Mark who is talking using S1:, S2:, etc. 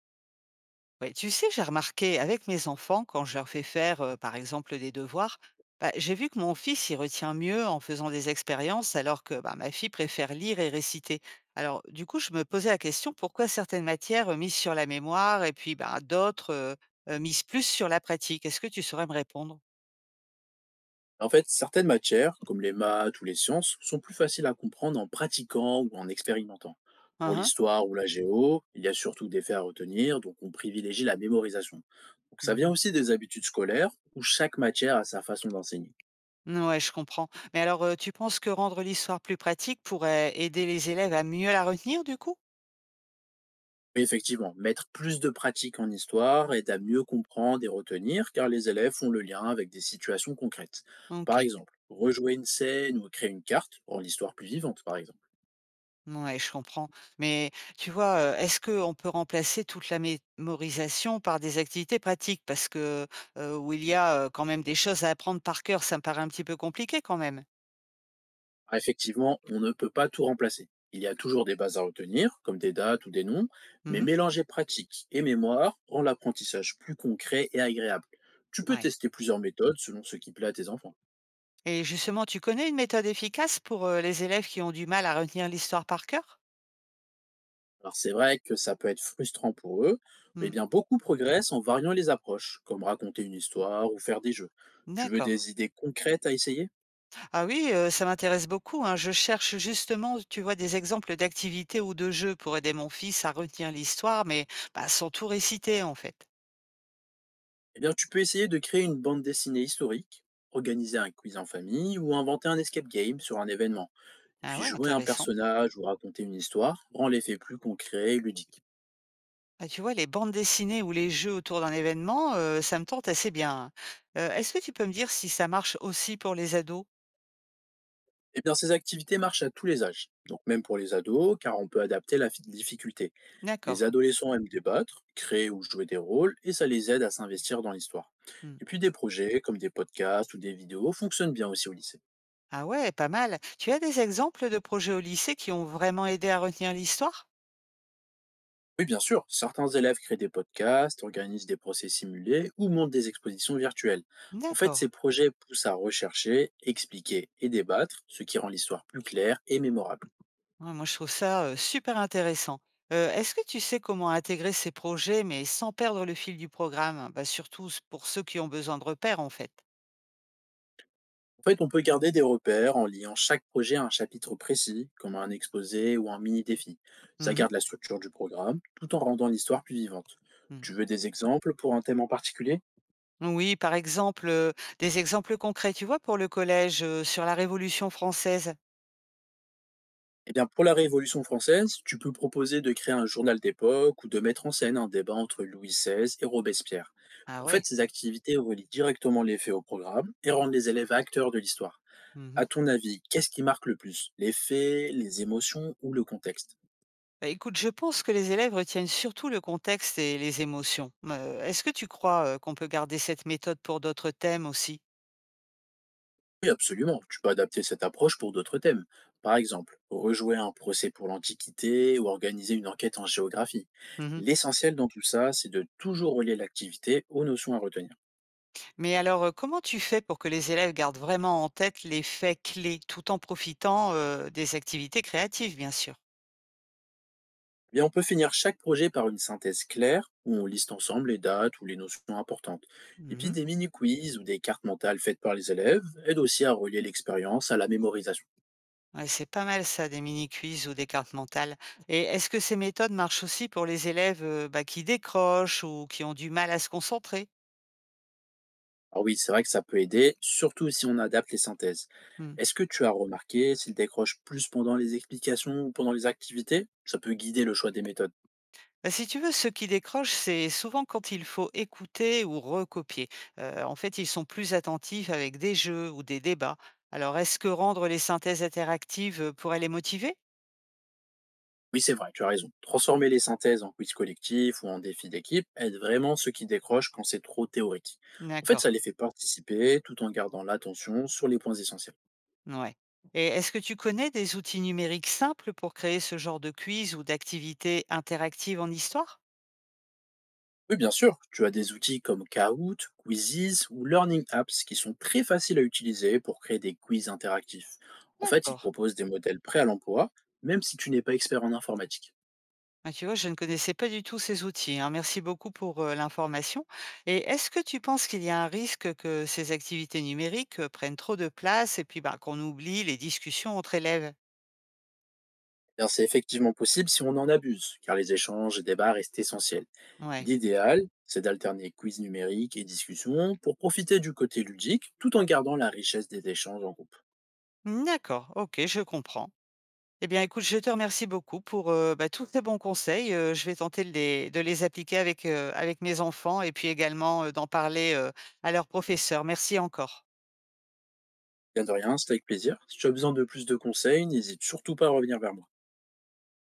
S1: Ouais, tu sais, j'ai remarqué avec mes enfants, quand je leur fais faire, par exemple, des devoirs, bah, j'ai vu que mon fils y retient mieux en faisant des expériences, alors que bah, ma fille préfère lire et réciter. Alors, du coup, je me posais la question pourquoi certaines matières misent sur la mémoire et puis bah, d'autres misent plus sur la pratique. Est-ce que tu saurais me répondre?
S2: En fait, certaines matières, comme les maths ou les sciences, sont plus faciles à comprendre en pratiquant ou en expérimentant. Pour
S1: Uhum,
S2: l'histoire ou la géo, il y a surtout des faits à retenir, donc on privilégie la mémorisation. Donc ça vient
S1: mhm.
S2: aussi des habitudes scolaires, où chaque matière a sa façon d'enseigner.
S1: Mm, ouais, je comprends. Mais alors, tu penses que rendre l'histoire plus pratique pourrait aider les élèves à mieux la retenir, du coup?
S2: Oui, effectivement, mettre plus de pratique en histoire aide à mieux comprendre et retenir car les élèves font le lien avec des situations concrètes. Par
S1: Ok.
S2: exemple, rejouer une scène ou créer une carte rend l'histoire plus vivante, par exemple.
S1: Ouais, je comprends. Mais tu vois, est-ce qu'on peut remplacer toute la mémorisation par des activités pratiques? Parce que, où il y a, quand même des choses à apprendre par cœur, ça me paraît un petit peu compliqué quand même.
S2: Ah, effectivement, on ne peut pas tout remplacer. Il y a toujours des bases à retenir, comme des dates ou des noms, mais
S1: Mmh.
S2: mélanger pratique et mémoire rend l'apprentissage plus concret et agréable. Tu peux
S1: Ouais.
S2: tester plusieurs méthodes selon ce qui plaît à tes enfants.
S1: Et justement, tu connais une méthode efficace pour, les élèves qui ont du mal à retenir l'histoire par cœur?
S2: Alors c'est vrai que ça peut être frustrant pour eux, mais
S1: Mmh.
S2: bien beaucoup progressent en variant les approches, comme raconter une histoire ou faire des jeux. Tu veux
S1: D'accord.
S2: des idées concrètes à essayer?
S1: Ah oui, ça m'intéresse beaucoup, hein. Je cherche justement, tu vois, des exemples d'activités ou de jeux pour aider mon fils à retenir l'histoire, mais bah, sans tout réciter en fait.
S2: Eh bien tu peux essayer de créer une bande dessinée historique, organiser un quiz en famille ou inventer un escape game sur un événement. Et
S1: Ah
S2: puis
S1: ouais,
S2: jouer un
S1: intéressant.
S2: personnage ou raconter une histoire rend l'effet plus concret et ludique.
S1: Ah, tu vois, les bandes dessinées ou les jeux autour d'un événement, ça me tente assez bien, hein. Est-ce que tu peux me dire si ça marche aussi pour les ados?
S2: Et bien ces activités marchent à tous les âges, donc même pour les ados, car on peut adapter la difficulté.
S1: D'accord.
S2: Les adolescents aiment débattre, créer ou jouer des rôles, et ça les aide à s'investir dans l'histoire.
S1: Mmh.
S2: Et puis des projets comme des podcasts ou des vidéos fonctionnent bien aussi au lycée.
S1: Ah ouais, pas mal. Tu as des exemples de projets au lycée qui ont vraiment aidé à retenir l'histoire?
S2: Oui, bien sûr, certains élèves créent des podcasts, organisent des procès simulés ou montent des expositions virtuelles. En fait,
S1: D'accord.
S2: ces projets poussent à rechercher, expliquer et débattre, ce qui rend l'histoire plus claire et mémorable.
S1: Ouais, moi, je trouve ça super intéressant. Est-ce que tu sais comment intégrer ces projets, mais sans perdre le fil du programme? Bah, surtout s pour ceux qui ont besoin de repères, en fait.
S2: En fait, on peut garder des repères en liant chaque projet à un chapitre précis, comme un exposé ou un mini-défi. Ça
S1: Mmh.
S2: garde la structure du programme, tout en rendant l'histoire plus vivante. Tu veux des exemples pour un thème en particulier?
S1: Oui, par exemple, des exemples concrets, tu vois, pour le collège, sur la Révolution française?
S2: Eh bien, pour la Révolution française, tu peux proposer de créer un journal d'époque ou de mettre en scène un débat entre Louis XVI et Robespierre.
S1: Ah
S2: En
S1: ouais.
S2: fait, ces activités relient directement les faits au programme et rendent les élèves acteurs de l'histoire.
S1: Mmh.
S2: À ton avis, qu'est-ce qui marque le plus? Les faits, les émotions ou le contexte?
S1: Bah, écoute, je pense que les élèves retiennent surtout le contexte et les émotions. Est-ce que tu crois, qu'on peut garder cette méthode pour d'autres thèmes aussi?
S2: Oui, absolument. Tu peux adapter cette approche pour d'autres thèmes. Par exemple, rejouer un procès pour l'Antiquité ou organiser une enquête en géographie.
S1: Mmh.
S2: L'essentiel dans tout ça, c'est de toujours relier l'activité aux notions à retenir.
S1: Mais alors, comment tu fais pour que les élèves gardent vraiment en tête les faits clés, tout en profitant, des activités créatives, bien sûr?
S2: Eh bien, on peut finir chaque projet par une synthèse claire où on liste ensemble les dates ou les notions importantes. Et puis
S1: Mmh.
S2: des mini-quiz ou des cartes mentales faites par les élèves aident aussi à relier l'expérience à la mémorisation.
S1: Ouais, c'est pas mal ça, des mini-quiz ou des cartes mentales. Et est-ce que ces méthodes marchent aussi pour les élèves bah, qui décrochent ou qui ont du mal à se concentrer?
S2: Ah oui, c'est vrai que ça peut aider, surtout si on adapte les synthèses.
S1: Hmm.
S2: Est-ce que tu as remarqué s'il décroche plus pendant les explications ou pendant les activités? Ça peut guider le choix des méthodes.
S1: Bah, si tu veux, ceux qui décrochent, c'est souvent quand il faut écouter ou recopier. En fait, ils sont plus attentifs avec des jeux ou des débats. Alors, est-ce que rendre les synthèses interactives pourrait les motiver?
S2: Oui, c'est vrai, tu as raison. Transformer les synthèses en quiz collectif ou en défi d'équipe aide vraiment ceux qui décrochent quand c'est trop théorique. En fait,
S1: D'accord,
S2: ça les fait participer tout en gardant l'attention sur les points essentiels.
S1: ouais. Et est-ce que tu connais des outils numériques simples pour créer ce genre de quiz ou d'activités interactives en histoire?
S2: Oui, bien sûr, tu as des outils comme Kahoot, Quizzes ou Learning Apps qui sont très faciles à utiliser pour créer des quiz interactifs. En fait, ils
S1: D'accord.
S2: proposent des modèles prêts à l'emploi, même si tu n'es pas expert en informatique.
S1: Ah, tu vois, je ne connaissais pas du tout ces outils, hein. Merci beaucoup pour l'information. Et est-ce que tu penses qu'il y a un risque que ces activités numériques prennent trop de place et puis bah, qu'on oublie les discussions entre élèves?
S2: D'ailleurs, c'est effectivement possible si on en abuse, car les échanges et débats restent essentiels.
S1: Ouais.
S2: L'idéal, c'est d'alterner quiz numérique et discussion pour profiter du côté ludique tout en gardant la richesse des échanges en groupe.
S1: D'accord, ok, je comprends. Eh bien, écoute, je te remercie beaucoup pour tous ces bons conseils. Je vais tenter de les appliquer avec, avec mes enfants et puis également d'en parler à leurs professeurs. Merci encore.
S2: Bien de rien, c'est avec plaisir. Si tu as besoin de plus de conseils, n'hésite surtout pas à revenir vers moi.